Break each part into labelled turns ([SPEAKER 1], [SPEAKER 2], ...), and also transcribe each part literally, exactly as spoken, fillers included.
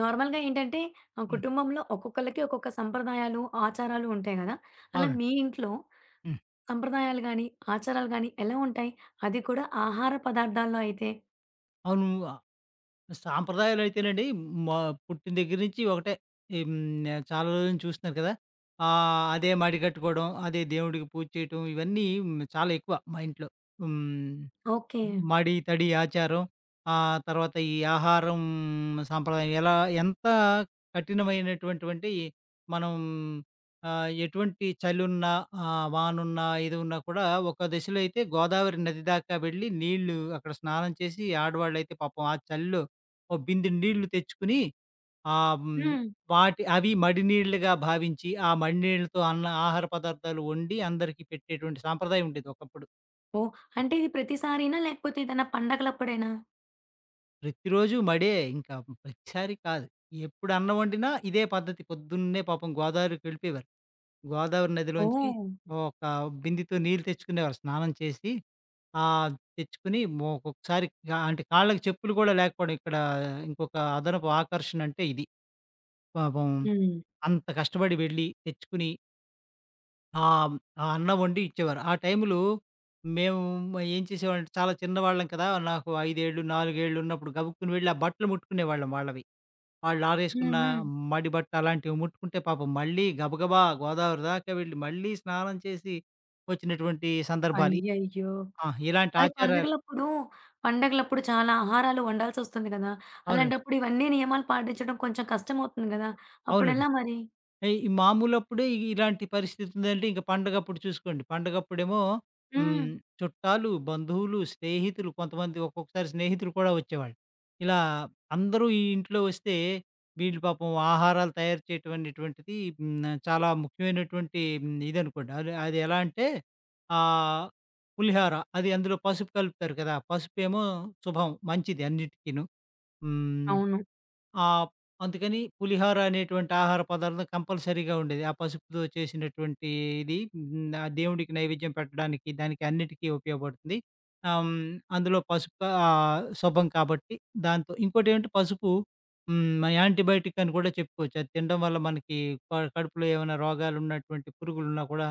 [SPEAKER 1] నార్మల్‌గా ఏంటంటే, ఆ
[SPEAKER 2] హ్మ్.
[SPEAKER 1] కుటుంబంలో ఒక్కొక్కళ్ళకి ఒక్కొక్క సంప్రదాయాలు, ఆచారాలు ఉంటాయి గదా! అలా
[SPEAKER 2] అవునండి.
[SPEAKER 1] మీ ఇంట్లో
[SPEAKER 2] హ్మ్.
[SPEAKER 1] సంప్రదాయాలు గాని, ఆచారాలు గాని ఎలా ఉంటాయి? అది కూడా ఆహార పదార్థాల్లో అయితే?
[SPEAKER 2] అవును. ఆహ్, సాంప్రదాయాలయితేనండి మా పుట్టిన దగ్గర నుంచి ఒకటే. హ్మ్. ఆహ్, చాలా రోజుల నుంచి చూస్తున్నారు కదా! ఆహ్, అదే మడి కట్టుకోవడం, అదే దేవుడికి పూజ చేయటం ఇవన్నీ ఉమ్, చాలా ఎక్కువ మా ఇంట్లో. హ్మ్.
[SPEAKER 1] ఓకే.
[SPEAKER 2] మడి, తడి ఆచారం. ఆహ్, తర్వాత ఈ ఆహారం సాంప్రదాయం ఎలా ఎంత కఠినమైనటువంటివంటే మనం ఆహ్, ఎటువంటి చలున్నా, ఆహ్, వానున్నా, ఇది ఉన్నా కూడా ఒక దశలో అయితే గోదావరి నది దాకా వెళ్ళి నీళ్ళు అక్కడ స్నానం చేసి ఆడవాళ్ళైతే పాపం ఆ చలిలో ఓ బిందెడు నీళ్లు తెచ్చుకొని, ఆహ్, హ్మ్,
[SPEAKER 1] హ్మ్.
[SPEAKER 2] వాటి అవి మడి నీళ్ళుగా భావించి ఆ మడి నీళ్ళతో అన్న ఆహార పదార్థాలు వండి అందరికీ పెట్టేటువంటి సాంప్రదాయం ఉండేది ఒకప్పుడు.
[SPEAKER 1] ఓహ్! అంటే ఇది ప్రతిసారీనా? లేకపోతే ఏదైనా పండగలప్పుడేనా?
[SPEAKER 2] ప్రతిరోజు మడే. ఇంకా ప్రతిసారి కాదు. ఎప్పుడు అన్నం వండినా ఇదే పద్ధతి. పొద్దున్నే పాపం గోదావరికి వెళ్ళిపోయేవారు. గోదావరి నదిలోంచి
[SPEAKER 1] ఓహ్!
[SPEAKER 2] ఒక బిందెతో నీళ్ళు తెచ్చుకునేవారు. స్నానం చేసి, ఆహ్, తెచ్చుకొని మొ ఒక్కొక్కసారి కా అంటే కాళ్ళకి చెప్పులు కూడా లేకపోవడం ఇక్కడ ఇంకొక అదనపు ఆకర్షణ అంటే ఇది. పాపం
[SPEAKER 1] హ్మ్.
[SPEAKER 2] అంత కష్టపడి వెళ్ళి తెచ్చుకుని, ఆహ్, ఆ అన్నం వండి ఇచ్చేవారు. ఆ టైంలో మేము ఏం చేసేవాళ్ళంటే చాలా చిన్నవాళ్ళం కదా! నాకు అయిదు ఏళ్ళు, నాలుగు ఏళ్ళు ఉన్నప్పుడు గబుక్కున వెళ్ళి ఆ బట్టలు ముట్టుకునేవాళ్ళం వాళ్ళవి.
[SPEAKER 1] హ్మ్.
[SPEAKER 2] ఆళ్ళారేసుకున్న
[SPEAKER 1] హ్మ్.
[SPEAKER 2] మడి బట్ట అలాంటివి ముట్టుకుంటే పాపం మళ్ళీ గబగబా గోదావరి దాకా వెళ్ళి మళ్ళీ స్నానం చేసి వచ్చినటువంటి సందర్భాలు.
[SPEAKER 1] అయ్యయ్యో!
[SPEAKER 2] ఆ! ఇలాంటి
[SPEAKER 1] మరి
[SPEAKER 2] ఆచారాలు.
[SPEAKER 1] పండగలప్పుడు, పండగలప్పుడు చాలా ఆహారాలు వండాల్సొస్తుంది గదా!
[SPEAKER 2] అవునండి.
[SPEAKER 1] అలాంటప్పుడు ఇవన్నీ నియమాలు పాటించడం కొంచెం కష్టమవుతుంది గదా!
[SPEAKER 2] అవునండి.
[SPEAKER 1] అప్పుడెలా మరి?
[SPEAKER 2] ఈ ఈ మామూలప్పుడే ఇ ఇలాంటి పరిస్థితి ఉందంటే ఇంక పండగప్పుడు చూసుకోండి. పండగప్పుడేమో
[SPEAKER 1] హ్మ్.
[SPEAKER 2] హ్మ్. చుట్టాలు, బంధువులు, స్నేహితులు, కొంతమంది ఒక్కొక్కసారి స్నేహితులు కూడా వచ్చేవాళ్ళు. ఇలా అందరూ ఈ ఇంట్లో వస్తే వీళ్ళు పాపం ఆహారాలు తయారు చేయటం అనేటువంటిది హ్మ్. చాలా ముఖ్యమైనటువంటి హ్మ్. ఇదనుకోండి. అది అది ఎలా అంటే ఆహ్, పులిహోర, అది అందులో పసుపు కలుపుతారు కదా! పసుపేమో శుభం, మంచిది అన్నిటికీను. హ్మ్.
[SPEAKER 1] అవును.
[SPEAKER 2] ఆ! అందుకని పులిహోర అనేటువంటి ఆహార పదార్థం కంపల్సరీగా ఉండేది. ఆ పసుపుతో చేసినటువంటి ఇది, హ్మ్. ఆ దేవుడికి నైవేద్యం పెట్టడానికి, దానికి అన్నిటికీ ఉపయోగపడుతుంది. ఆహ్, హ్మ్. అందులో పసుపు, ఆహ్, శుభం కాబట్టి దాంతో ఇంకోటేంటంటే పసుపు హ్మ్. యాంటీబయాటిక్ అని కూడా చెప్పుకోవచ్చు. అది తినడం వల్ల మనకి క కడుపులో ఏమైనా రోగాలున్నటువంటి పురుగులున్నా కూడా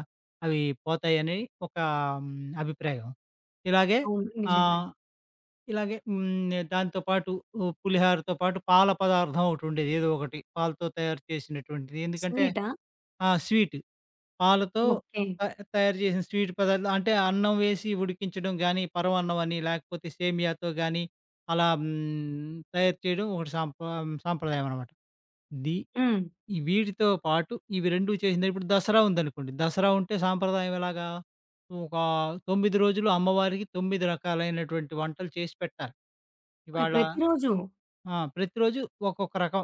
[SPEAKER 2] అవి పోతాయని ఒక హ్మ్. అభిప్రాయం. ఇలాగే
[SPEAKER 1] అవును,
[SPEAKER 2] ఆహ్
[SPEAKER 1] నిజంగానే.
[SPEAKER 2] ఇలాగే హ్మ్. దాంతో పాటు ఓ పులిహోరతో పాటు పాల పదార్థం ఒకటుండేది. ఏదో ఒకటి పాలతో తయారు చేసినటువంటిది. ఎందుకంటే
[SPEAKER 1] స్వీటా?
[SPEAKER 2] ఆ! స్వీట్. పాలతో
[SPEAKER 1] ఓకే.
[SPEAKER 2] త తయారు చేసిన స్వీట్ పదార్థం అంటే అన్నం వేసి ఉడికించడం గానీ, పరమాన్నం అని, లేకపోతే సేమియాతో గానీ అలా హ్మ్. తయారు చేయడం ఒకటి సాంప్ర సాంప్రదాయం అనమాట. ది
[SPEAKER 1] హ్మ్.
[SPEAKER 2] ఈ వీటితో పాటు ఇవి రెండు చేసింది. ఇప్పుడు దసరా ఉందనుకోండి. దసరా ఉంటే సాంప్రదాయం ఎలాగా ఒక తొమ్మిది రోజులు అమ్మవారికి తొమ్మిది రకాలైనటువంటి వంటలు చేసి పెట్టాలి.
[SPEAKER 1] ఓహ్!
[SPEAKER 2] ఇవాళ
[SPEAKER 1] ప్రతిరోజు.
[SPEAKER 2] ఆ! ప్రతిరోజు ఒక్కొక్క రకం.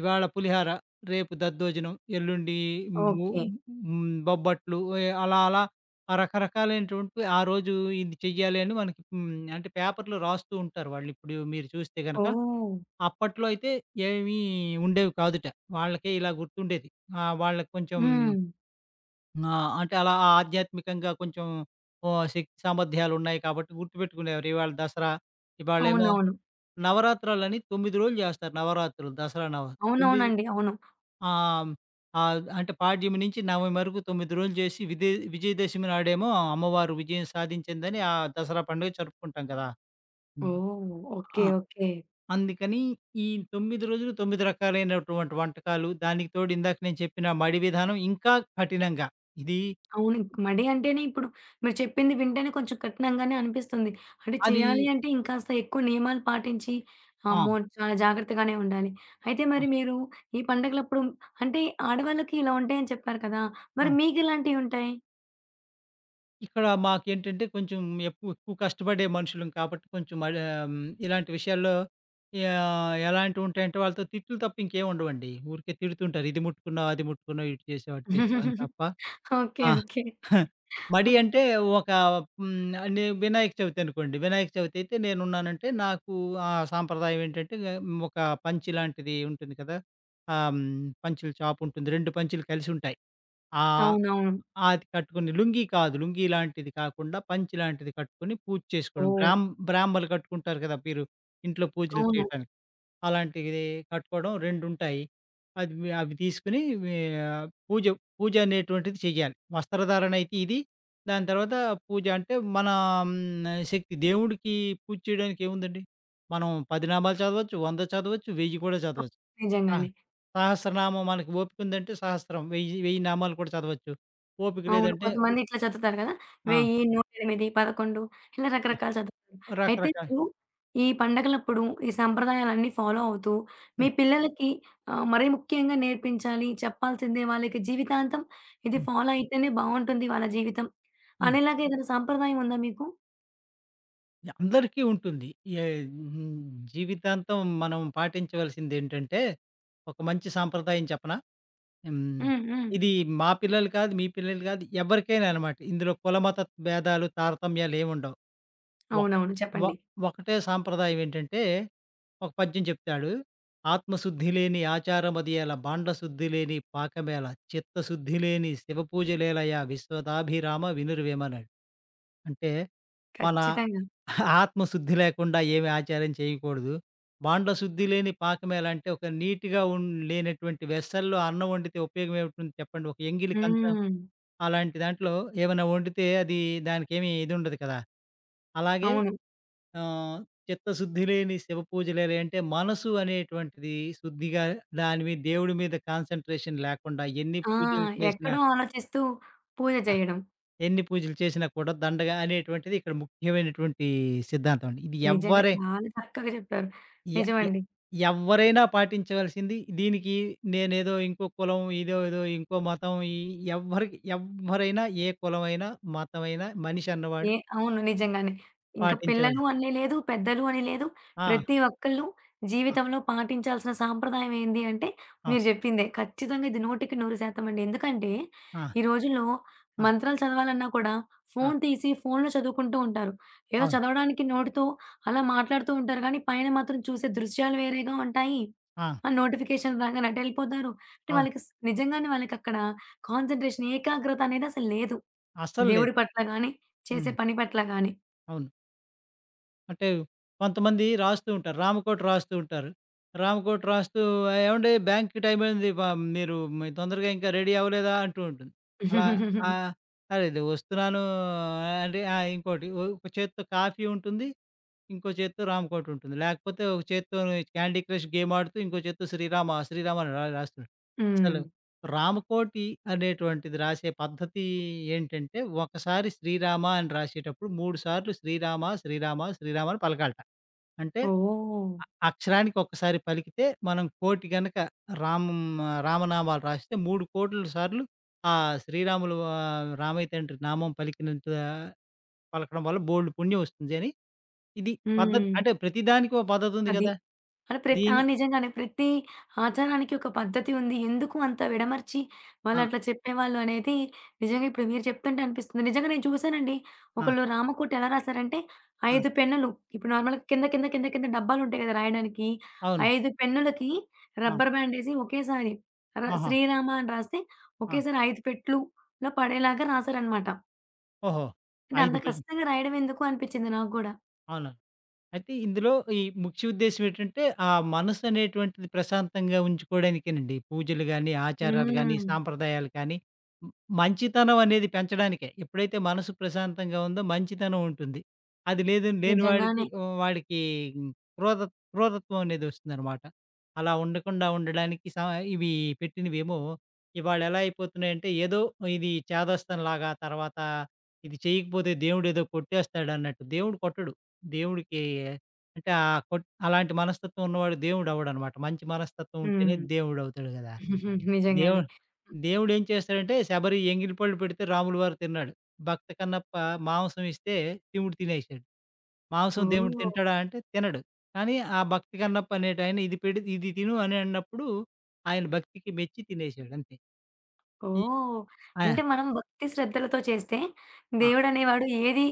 [SPEAKER 2] ఇవాళ పులిహార, రేపు దద్దోజనం, ఎల్లుండి ము
[SPEAKER 1] ఓకే.
[SPEAKER 2] హ్మ్, బొబ్బట్లు, ఎ అలా అలా ఆ రకరకాలైనటువంటివి ఆ రోజు ఇది చెయ్యాలి అని మనకి, హ్మ్, అంటే పేపర్‌లో రాస్తూ ఉంటారు వాళ్ళు. ఇప్పుడు మీరు చూస్తే గనక,
[SPEAKER 1] ఓహ్!
[SPEAKER 2] అప్పట్లో అయితే ఏమీ ఉండేవి కాదుట. వాళ్ళకే ఇలా గుర్తుండేది. ఆహ్, వాళ్ళకి కొంచెం
[SPEAKER 1] హ్మ్.
[SPEAKER 2] ఆ! అంటే అలా ఆ ఆధ్యాత్మికంగా కొంచెం ఓ శక్తి సామర్థ్యాలున్నాయి కాబట్టి గుర్తుపెట్టుకునేవారు. ఇవాళ దసరా, ఇవాళేమో
[SPEAKER 1] అవునవును.
[SPEAKER 2] నవరాత్రులని తొమ్మిది రోజులు జేస్తారు. నవరాత్రులు, దసరా నవ 9
[SPEAKER 1] అవునవునండి, అవును.
[SPEAKER 2] ఆహ్, ఆహ్, అంటే పాడ్యమి నుంచి నవమి వరకు తొమ్మిది రోజులు చేసి విదే విజయదశమి నాడేమో అమ్మవారు విజయం సాధించిందని ఆ దసరా పండుగ జరుపుకుంటాం కదా! హ్మ్.
[SPEAKER 1] ఓహ్! ఓకే.
[SPEAKER 2] ఆ!
[SPEAKER 1] ఓకే.
[SPEAKER 2] అందుకని ఈ తొమ్మిది రోజులు తొమ్మిది రకాలైనటువంటి వంటకాలు, దానికి తోడు ఇందాక నేను చెప్పిన మడి విధానం ఇంకా కఠినంగా ఇది
[SPEAKER 1] అవును. ఇంక మడి అంటేనే ఇప్పుడు మీరు చెప్పింది వింటేనే కొంచెం కఠినంగానే అనిపిస్తుంది. అంటే
[SPEAKER 2] అది
[SPEAKER 1] చేయాలి అంటే ఇంకాస్త ఎక్కువ నియమాలు పాటించి,
[SPEAKER 2] ఆ!
[SPEAKER 1] అమ్మో! చాలా జాగ్రత్తగానే ఉండాలి. అయితే
[SPEAKER 2] ఆ!
[SPEAKER 1] మరి మీరు ఈ పండగలప్పుడు అంటే ఆడవాళ్ళకి ఇలా ఉంటాయని చెప్పారు కదా!
[SPEAKER 2] ఆ!
[SPEAKER 1] మరి మీకెలాంటియుంటాయి?
[SPEAKER 2] ఇక్కడ మాకేంటంటే కొంచెం ఎక్కువ ఎక్కువ కష్టపడే మనుషులం కాబట్టి కొంచెం మరి, ఆమ్, ఇలాంటి విషయాల్లో యా- ఎలాంటివి ఉంటాయంటే వాళ్ళతో తిట్లు తప్ప ఇంకేం ఉండవండి. ఊరికే తిడుతుంటారు, ఇది ముట్టుకున్నావు, అది ముట్టుకున్నావు, ఇటు చేసావు, అటు చేసావు అని తప్ప.
[SPEAKER 1] ఓకే.
[SPEAKER 2] ఆ,
[SPEAKER 1] ఓకే.
[SPEAKER 2] మడి
[SPEAKER 1] హ్మ్.
[SPEAKER 2] అంటే ఒక మ్, అన్ని వినాయక చవితి అనుకోండి. వినాయక చవితి అయితే నేనున్నానంటే నాకు ఆ సాంప్రదాయం ఏంటంటే మ్, ఒక పంచి లాంటిది ఉంటుంది కదా, ఆ, మ్, పంచుల చాపు ఉంటుంది, రెండు పంచులు కలిసి ఉంటాయి. ఆహ్,
[SPEAKER 1] అవునవును.
[SPEAKER 2] అది కట్టుకుని, లుంగీ కాదు. లుంగీ లాంటిది కాకుండా పంచె లాంటిది కట్టుకొని పూజ చేసుకోవడం.
[SPEAKER 1] ఓహ్!
[SPEAKER 2] బ్రాహ్మ్ బ్రాహ్మలు కట్టుకుంటారు కదా! మీరు ఇంట్లో పూజలు
[SPEAKER 1] అవును,
[SPEAKER 2] చేయటానికి. అలాంటిది కట్టుకోవడం రెండు ఉంటాయి. అది వి అవి తీసుకొని వే పూజ పూజ అనేటువంటిది చెయ్యాలి. వస్త్రధారణ అయితే ఇది. దాని తర్వాత పూజ అంటే మన హ్మ్, శక్తి, దేవుడికి పూజ చేయడానికి ఏముందండి? మనం పది నామాలు చదవచ్చు, వంద చదవచ్చు, వెయ్యి కూడా చదవచ్చు. ఆ!
[SPEAKER 1] నిజంగానే.
[SPEAKER 2] సహస్రనామం మనకి ఓపికుందంటే సహస్రం. వెయ్యి, వెయ్యి నామాలు కూడా చదవచ్చు. ఓపిక
[SPEAKER 1] అవును,
[SPEAKER 2] లేదంటే ఉ
[SPEAKER 1] కొంతమంది ఇట్లా చదువుతారు కదా!
[SPEAKER 2] ఆ!
[SPEAKER 1] వెయ్యి, నూట ఎనిమిది, పదకొండు ఇలా
[SPEAKER 2] ఆ!
[SPEAKER 1] రకరకాలు చదువుతారు. అయితే
[SPEAKER 2] రకరకాల
[SPEAKER 1] మీరు ఈ పండగలప్పుడు ఈ సంప్రదాయాలన్నీ ఫాలో అవుతూ మీ
[SPEAKER 2] హ్మ్.
[SPEAKER 1] పిల్లలకి ఆహ్, మరీ ముఖ్యంగా నేర్పించాలి, చెప్పాల్సిందే వాళ్ళకి జీవితాంతం ఇది
[SPEAKER 2] హ్మ్.
[SPEAKER 1] ఫాలో అయితేనే బావుంటుంది వాళ్ళ జీవితం
[SPEAKER 2] హ్మ్.
[SPEAKER 1] అనేలాగా ఏదైనా సంప్రదాయం ఉందా మీకు?
[SPEAKER 2] అందరికీ ఉంటుంది. ఏ హ్మ్. జీవితాంతం మనం పాటించవలసిందేంటంటే, ఒక మంచి సాంప్రదాయం చెప్పనా? హ్మ్.
[SPEAKER 1] హ్మ్. హ్మ్.
[SPEAKER 2] ఇది మా పిల్లలు కాదు, మీ పిల్లలు కాదు, ఎవరికైనా అనమాట. ఇందులో కుల, మత భేదాలు, తారతమ్యాలేముండవు. ఒకట్
[SPEAKER 1] అవునవును,
[SPEAKER 2] ఒ
[SPEAKER 1] చెప్పండి.
[SPEAKER 2] ఒకటే సాంప్రదాయం ఏంటంటే, ఒక పద్యం చెప్తాడు. "ఆత్మశుద్ధి లేని ఆచారమదియల, బాండశుద్ధి లేని పాకమేల, చిత్తశుద్ధి లేని శివపూజలేలయా, విశ్వదాభిరామ వినురవేమన్నాడు. అంటే మన
[SPEAKER 1] ఖచ్చితంగా.
[SPEAKER 2] ఆత్మశుద్ధి లేకుండా ఏమి ఆచారం చేయకూడదు. బాండశుద్ధి లేని పాకమేల అంటే ఒక నీట్‌గా ఉన్ లేనటువంటి వెస్సల్లో అన్నం వండితే ఉపయోగం ఏముంటుంది చెప్పండి. ఒక ఎంగిలి కంచం,
[SPEAKER 1] హ్మ్.
[SPEAKER 2] అలాంటి దాంట్లో ఏమైనా వండితే అది, దానికేమి ఇదుండదు కదా! అలాగే
[SPEAKER 1] అవును.
[SPEAKER 2] ఆహ్, చిత్తశుద్ధి లేని శివ పూజలే అంటే మనసు అనేటువంటిది శుద్ధిగా, దాని మీద దేవుడి మీద కాన్సంట్రేషన్ లేకుండా ఎన్ని
[SPEAKER 1] ఆ!
[SPEAKER 2] పూజలు చేసినా,
[SPEAKER 1] ఎక్కడో ఆలోచిస్తూ పూజ చేయడం.
[SPEAKER 2] ఎన్ని పూజలు చేసినా కూడా దండగ అనేటువంటిది ఇక్కడ ముఖ్యమైనటువంటి సిద్ధాంతం అండి. ఇది
[SPEAKER 1] నిజంగా
[SPEAKER 2] ఎవ్వరే
[SPEAKER 1] చాలా చక్కగా చెప్పారు.
[SPEAKER 2] ఎ ఎ
[SPEAKER 1] నిజమండి.
[SPEAKER 2] ఎవ్వరైనా పాటించవలసింది. దీనికి నేనేదో ఇంకో కులం, ఇదో ఏదో ఇంకో మతం ఈ ఎవ్వరికి ఎవ్వరైనా ఏ కులమైనా, మతమైనా, మనిషి అన్నవాడు
[SPEAKER 1] ఏ అవును, నిజంగానే. ఇంక పిల్లలు
[SPEAKER 2] పాటించవలసింది.
[SPEAKER 1] అని లేదు, పెద్దలు అని లేదు.
[SPEAKER 2] ఆ!
[SPEAKER 1] ప్రతి ఒక్కళ్ళు
[SPEAKER 2] ఆ!
[SPEAKER 1] జీవితంలో పాటించాల్సిన సాంప్రదాయం ఏంది అంటే,
[SPEAKER 2] ఆ!
[SPEAKER 1] మీరు జెప్పిందే. ఖచ్చితంగా ఇది నూటికి నూరు శాతం అండి. ఎందుకంటే,
[SPEAKER 2] ఆ!
[SPEAKER 1] ఈ రోజుల్లో
[SPEAKER 2] ఆ!
[SPEAKER 1] మంత్రాలు చదవాలన్నా కూడా
[SPEAKER 2] ఆ!
[SPEAKER 1] ఫోను తీసి ఫోనులో చదువుకుంటూ ఉంటారు. ఏదో
[SPEAKER 2] అవును.
[SPEAKER 1] చదవడానికి నోటితో అలా మాట్లాడుతూ ఉంటారు గానీ, పైన మాత్రం చూసే దృశ్యాలు వేరేగా ఉంటాయి.
[SPEAKER 2] ఆ!
[SPEAKER 1] ఆ నోటిఫికేషన్ రాగానే అటెళ్ళిపోతారు. అంటే
[SPEAKER 2] అవును.
[SPEAKER 1] వాళ్ళకి స్ నిజంగానే వాళ్ళకక్కడ కాన్సంట్రేషన్, ఏకాగ్రత అనేది అసలు లేదు.
[SPEAKER 2] అస్సలు
[SPEAKER 1] దేవుడి
[SPEAKER 2] లేదు.
[SPEAKER 1] పట్ల గాని
[SPEAKER 2] హ్మ్.
[SPEAKER 1] చేసే పని పట్ల గాని.
[SPEAKER 2] అవును. అంటే కొంతమంది రాస్తూ ఉంటారు. రామకోటి రాస్తూ ఉంటారు. రామకోటి రాస్తూ, "ఏవండీ, బ్యాంక్‌కి టైమ్ అయింది. ప మీరు మీ తొందరగా ఇంకా రెడీ అవ్వలేదా?" అంటూ ఉంటుంది. అలా, ఆహ్, "అరె, వస్తున్నాను." ఆ, అంటే, ఆహ్, ఇంకోటి ఓ- ఒక చేత్తో కాఫీ ఉంటుంది. ఇంకో చేత్తో రామ్‌కోటి ఉంటుంది. లేకపోతే ఒక చేత్తో క్యాండీ క్రష్ గేమ్ ఆడుతూ, ఇంకో చేత్తో శ్రీరామ, శ్రీరామ అని రా రాస్తున్నాడు.
[SPEAKER 1] హ్మ్.
[SPEAKER 2] అసలు రామకోటి అనేటువంటిది రాసే పద్ధతి ఏంటంటే, ఒకసారి శ్రీరామ అని రాసేటప్పుడు మూడు సార్లు శ్రీరామ, శ్రీరామ, శ్రీరామ అని పలకాలట. అంటే
[SPEAKER 1] ఓహ్!
[SPEAKER 2] అ అక్షరానికి ఒక్కసారి పలికితే మనం కోటి గనక రామ్ రామనామాలు రాస్తే మూడు వందల కోట్ల సార్లు ఆ శ్రీరాములు, ఆహ్, రామయ్య తండ్రి నామం పలికినంత పలకడం వల్ల బోలెడు పుణ్యం వస్తుంది అని, ఇది పద్ధతి.
[SPEAKER 1] హ్మ్.
[SPEAKER 2] అంటే ప్రతిదానికి ఒక పద్ధతుంది
[SPEAKER 1] అది.
[SPEAKER 2] గదా!
[SPEAKER 1] అంటే ప్రతి ఆ!
[SPEAKER 2] దీని
[SPEAKER 1] నిజంగానే ప్రతి ఆచారానికి ఒక పద్ధతి ఉంది. ఎందుకు అంత విడమర్చి
[SPEAKER 2] ఆ!
[SPEAKER 1] వాళ్ళట్లా చెప్పేవాళ్ళు అనేది నిజంగా ఇప్పుడు మీరు చెప్తుంటే అనిపిస్తుంది. నిజంగా నేను చూసానండి.
[SPEAKER 2] ఆ!
[SPEAKER 1] ఒకళ్ళు రామకోట ఎలా రాసారంటే
[SPEAKER 2] ఆ!
[SPEAKER 1] ఐదు పెన్నులు ఇప్పుడు నార్మల్‌గా కింద కింద కింద కింద డబ్బాలుంటాయి కదా! రాయడానికి.
[SPEAKER 2] అవును.
[SPEAKER 1] ఐదు పెన్నులకి
[SPEAKER 2] ఆ!
[SPEAKER 1] రబ్బర్ బ్యాండేసి ఒకేసారి ర
[SPEAKER 2] ఆహా!
[SPEAKER 1] శ్రీరామ అని రాస్తే
[SPEAKER 2] ఆ!
[SPEAKER 1] ఒకేసారి ఐదు పెట్లులో పడేలాగా రాసారనమాట.
[SPEAKER 2] ఓహో!
[SPEAKER 1] అంటే అంత
[SPEAKER 2] అయిదు పెన్.
[SPEAKER 1] కష్టంగా రాయడం ఎందుకు అనిపిచ్చింది నాకు గూడా.
[SPEAKER 2] అవును. అయితే ఇందులో ఈ ముఖ్య ఉద్దేశ్యం ఏంటంటే, ఆ మనసు అనేటువంటిది ప్రశాంతంగా ఉంచుకోవడానికేనండి. పూజలు గాని, ఆచారాలు గాని,
[SPEAKER 1] హ్మ్.
[SPEAKER 2] సాంప్రదాయాలు కానీ, మ్ మంచితనం అనేది పెంచడానికే. ఎప్పుడైతే మనసు ప్రశాంతంగా ఉందో మంచితనం ఉంటుంది. అది లేదు లేని వాడికి,
[SPEAKER 1] నిజంగానే.
[SPEAKER 2] ఆహ్, వాడికి క్రోధ క్రోధత్వం అనేది వస్తుందనమాట. అలా ఉండకుండా ఉండడానికి సా ఇవి పెట్టినవేమో. ఇవాళ ఎలా అయిపోతున్నాయంటే, ఏదో ఇది చేదస్తంలాగా, తర్వాత ఇది చేయకపోతే దేవుడేదో కొట్టేస్తాడన్నట్టు. దేవుడు కొట్టడు. దేవుడికి అంటే ఆ కొట్ అలాంటి మనస్తత్వం ఉన్నవాడు దేవుడు అవ్వడనమాట. మంచి మనస్తత్వం ఉంటేనే
[SPEAKER 1] హ్మ్.
[SPEAKER 2] దేవుడవుతాడు గదా! దేవు
[SPEAKER 1] నిజంగానే.
[SPEAKER 2] దేవుడేం చేస్తాడంటే శబరి ఎంగిలిపళ్ళు పెడితే రాములు వారు తిన్నాడు. భక్త కన్నప్ప మాంసం ఇస్తే శివుడు తినేసాడు. మాంసం దేవుడు
[SPEAKER 1] ఓహ్!
[SPEAKER 2] తింటాడా అంటే తినడు. కానీ ఆ భక్తి కన్నప్ప అనేటాయన ఇది పెడి "ఇది తిను" అని అన్నప్పుడు ఆయన భక్తికి మెచ్చి తినేసాడు, అంతే. ఈ
[SPEAKER 1] ఓహ్!
[SPEAKER 2] ఆ!
[SPEAKER 1] అంటే మనం భక్తి శ్రద్ధలతో చేస్తే
[SPEAKER 2] ఆ!
[SPEAKER 1] దేవుడనేవాడు ఏది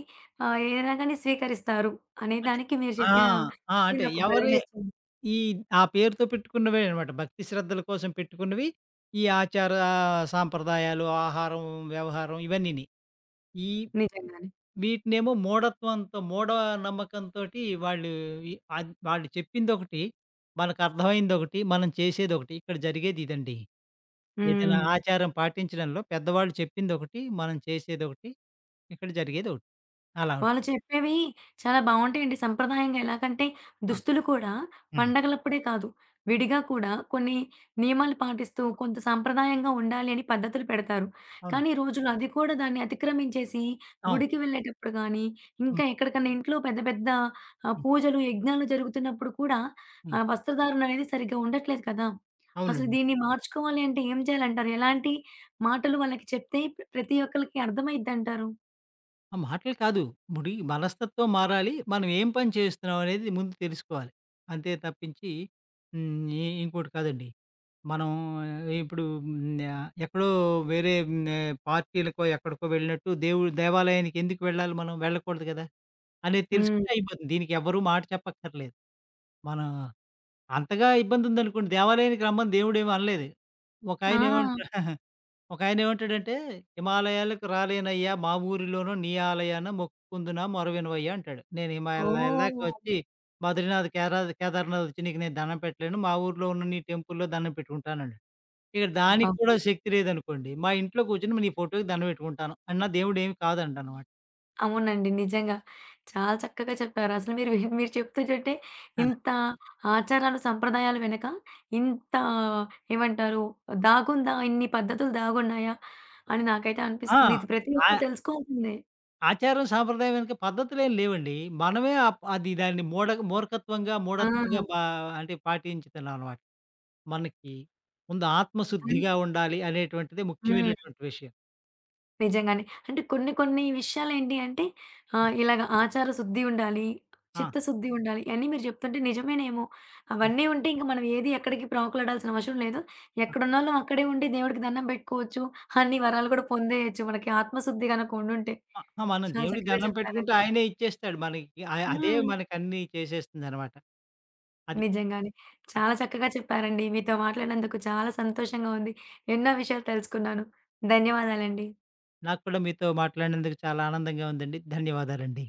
[SPEAKER 1] ఆహ్, ఏదైనా గాని స్వీకరిస్తారు అనే
[SPEAKER 2] అంటే
[SPEAKER 1] దానికి మీరు
[SPEAKER 2] ఆ!
[SPEAKER 1] చెప్పిన
[SPEAKER 2] ఆ!
[SPEAKER 1] ఇది
[SPEAKER 2] అంటే
[SPEAKER 1] నాకు భలే
[SPEAKER 2] ఎవరి
[SPEAKER 1] నచ్చింది.
[SPEAKER 2] ఈ ఆ పేరుతో పెట్టుకున్నవే అనమాట. భక్తి శ్రద్ధల కోసం పెట్టుకున్నవి ఈ ఆచార సాంప్రదాయాలు, ఆహారం, వ్యవహారం, ఇవన్నీని. ఈ
[SPEAKER 1] నిజంగానే.
[SPEAKER 2] వీటినేమో మూఢత్వంతో, మూఢ నమ్మకంతోటి వాళ్ళు ఈ అద్ వాళ్ళు చెప్పిందొకటి, మనకర్థమైందొకటి, మనం చేసేదొకటి. ఇక్కడ జరిగేది ఇదండి. ఏదైనా
[SPEAKER 1] హ్మ్.
[SPEAKER 2] ఆచారం పాటించడంలో పెద్దవాళ్ళు చెప్పిందొకటి, మనం చేసేదొకటి, ఇక్కడ జరిగేదొకటి. అలా ఉంటుంది.
[SPEAKER 1] వాళ్ళు చెప్పేవి చాలా బావుంటాయండి. సంప్రదాయంగా ఎలాగంటే
[SPEAKER 2] ఆ!
[SPEAKER 1] దుస్తులు కూడా
[SPEAKER 2] హ్మ్.
[SPEAKER 1] పండగలప్పుడే కాదు, విడిగా కూడా కొన్ని నియమాలు పాటిస్తూ కొంత సాంప్రదాయంగా ఉండాలి అని పద్ధతులు పెడతారు. కానీ,
[SPEAKER 2] అవునండి.
[SPEAKER 1] ఈ రోజుల్లో అది కూడా దాన్ని అతిక్రమించేసి
[SPEAKER 2] అవును.
[SPEAKER 1] గుడికి వెళ్ళేటప్పుడు గానీ, ఇంకా
[SPEAKER 2] హ్మ్.
[SPEAKER 1] ఎక్కడికన్నా ఇంట్లో పెద్ద పెద్ద ఆహ్,
[SPEAKER 2] హ్మ్.
[SPEAKER 1] పూజలు, యజ్ఞాలు జరుగుతున్నప్పుడు కూడా
[SPEAKER 2] హ్మ్.
[SPEAKER 1] ఆహ్, వస్త్రధారణ అనేది సరిగ్గా ఉండట్లేదు కదా! అసలు
[SPEAKER 2] అవునండి.
[SPEAKER 1] దీన్ని మార్చుకోవాలి అంటే ఏం చేయాలంటారు? ఎలాంటి మాటలు వాళ్ళకి చెప్తే ప్ర ప్రతి ఒక్కళ్ళకి అర్థమైద్దంటారు?
[SPEAKER 2] ఆ! మాటలు కాదు. ముడి మనస్తత్వం మారాలి. మనం ఏం పని చేస్తున్నాం అనేది ముందు తెలుసుకోవాలి. అంతే తప్పించి హ్మ్. ఇ ఇంకోటి కాదండి. మనం ఆ, ఇప్పుడు హ్మ్. ఆహ్, ఎక్కడో వేరే, హ్మ్. ఆహ్, పార్టీలకో ఎక్కడికో వెళ్ళినట్టు దేవుడు, దేవాలయానికి ఎందుకు వెళ్ళాలి మనం? వెళ్ళకూడదు కదా అనేది
[SPEAKER 1] హ్మ్.
[SPEAKER 2] తెలుసుకుంటే అయిపోతుంది. దీనికి ఎవ్వరూ మాట చెప్పక్కర్లేదు. మనం అంతగా ఇబ్బంది ఉందనుకోండి, దేవాలయానికి రమ్మని దేవుడేమి అనలేదు.
[SPEAKER 1] ఆ!
[SPEAKER 2] ఒకాయనేమంటా ఒకాయనేమంటాడంటే, "హిమాలయాలకు రాలేనయ్యా, మా ఊరిలోనో నీ ఆలయాన మొక్కుకుందునా, మొరవినవయ్యా" అంటాడు. "నేను హ్మ్. హిమాలయాల దాకా
[SPEAKER 1] ఓహ్!
[SPEAKER 2] వచ్చి, బద్రీనాథ్, కేరాద్ కేదార్‌నాథ్ వచ్చి నీకు నేను దండం పెట్టలేను. మా ఊర్లో ఉన్న నీ టెంపుల్‌లో దండం పెట్టుకుంటానన్నాడు." ఇక దానికి
[SPEAKER 1] అబ్బబ్బా!
[SPEAKER 2] కూడా శక్తి లేదనుకోండి, మా ఇంట్లో కూర్చొని నీ ఫోటోకి దండం పెట్టుకుంటాను అన్నా దేవుడేమి కాదనడనమాట.
[SPEAKER 1] అవునండి, నిజంగా. చాలా చక్కగా చెప్పారు. అసలు మీరు మీరు చెప్తూ చెప్తే
[SPEAKER 2] ఆ!
[SPEAKER 1] ఇంత ఆచారాలు, సంప్రదాయాల వెనక ఇంత ఏమంటారు దాగుందా? ఇన్ని పద్ధతులు దాగున్నాయా అని నాకైతే అనిపిస్తుంది.
[SPEAKER 2] ఆ!
[SPEAKER 1] ఇది ప్రతి ఒక్కరు
[SPEAKER 2] ఆ
[SPEAKER 1] తెలుసుకోవాల్సిందే.
[SPEAKER 2] ఆచారం, సాంప్రదాయం వెనక పద్ధతులేం లేవండి. మనమే అప్ అది దాన్ని మూఢ మూర్ఖత్వంగా,
[SPEAKER 1] ఆ!
[SPEAKER 2] మూఢత్వంగా బా అంటే పాటించుతున్నామనమాట. మనకి ముందు
[SPEAKER 1] కానీ
[SPEAKER 2] ఆత్మశుద్ధిగా ఉండాలి అనేటువంటిది
[SPEAKER 1] హ్మ్.
[SPEAKER 2] ముఖ్యమైనటువంటి విషయం.
[SPEAKER 1] నిజంగానే. అంటే కొన్ని కొన్ని విషయాలేంటి అంటే ఆహ్, ఇలాగ ఆచార శుద్ధి ఉండాలి,
[SPEAKER 2] ఆ!
[SPEAKER 1] చిత్తశుద్ధి ఉండాలి ఇయన్నీ మీరు చెప్తుంటే నిజమేనేమో.
[SPEAKER 2] ఆ!
[SPEAKER 1] అవన్నీ ఉంటే ఇంక మనం ఏది ఎక్కడికి ప్రాకులాడాల్సిన అవసరం లేదు.
[SPEAKER 2] ఆ!
[SPEAKER 1] ఎక్కడున్నోళ్ళం అక్కడే ఉండి దేవుడికి దండం పెట్టుకోవచ్చు. అన్ని
[SPEAKER 2] ఆ!
[SPEAKER 1] వరాలు కూడా పొందేయొచ్చు మనకి ఆత్మశుద్ధి గనక ఉండుంటే.
[SPEAKER 2] ఆ! మనం
[SPEAKER 1] చాలా
[SPEAKER 2] దేవుడికి
[SPEAKER 1] చక్కగా
[SPEAKER 2] దండం పెట్టుకుంటే
[SPEAKER 1] చెప్పారండి.
[SPEAKER 2] ఆయనే ఇచ్చేస్తాడు మనకి. అ అదే
[SPEAKER 1] హ్మ్.
[SPEAKER 2] మనకన్నీ చేసేస్తుందనమాట. అది.
[SPEAKER 1] నిజంగానే.
[SPEAKER 2] ఆ,
[SPEAKER 1] చాలా చక్కగా చెప్పారండి. మీతో మాట్లాడినందుకు చాలా సంతోషంగా ఉంది. ఎన్నో విషయాలు తెలుసుకున్నాను. ధన్యవాదాలండి.
[SPEAKER 2] నాకు కూడా మీతో మాట్లాడినందుకు చాలా ఆనందంగా ఉందండి. ధన్యవాదాలండి.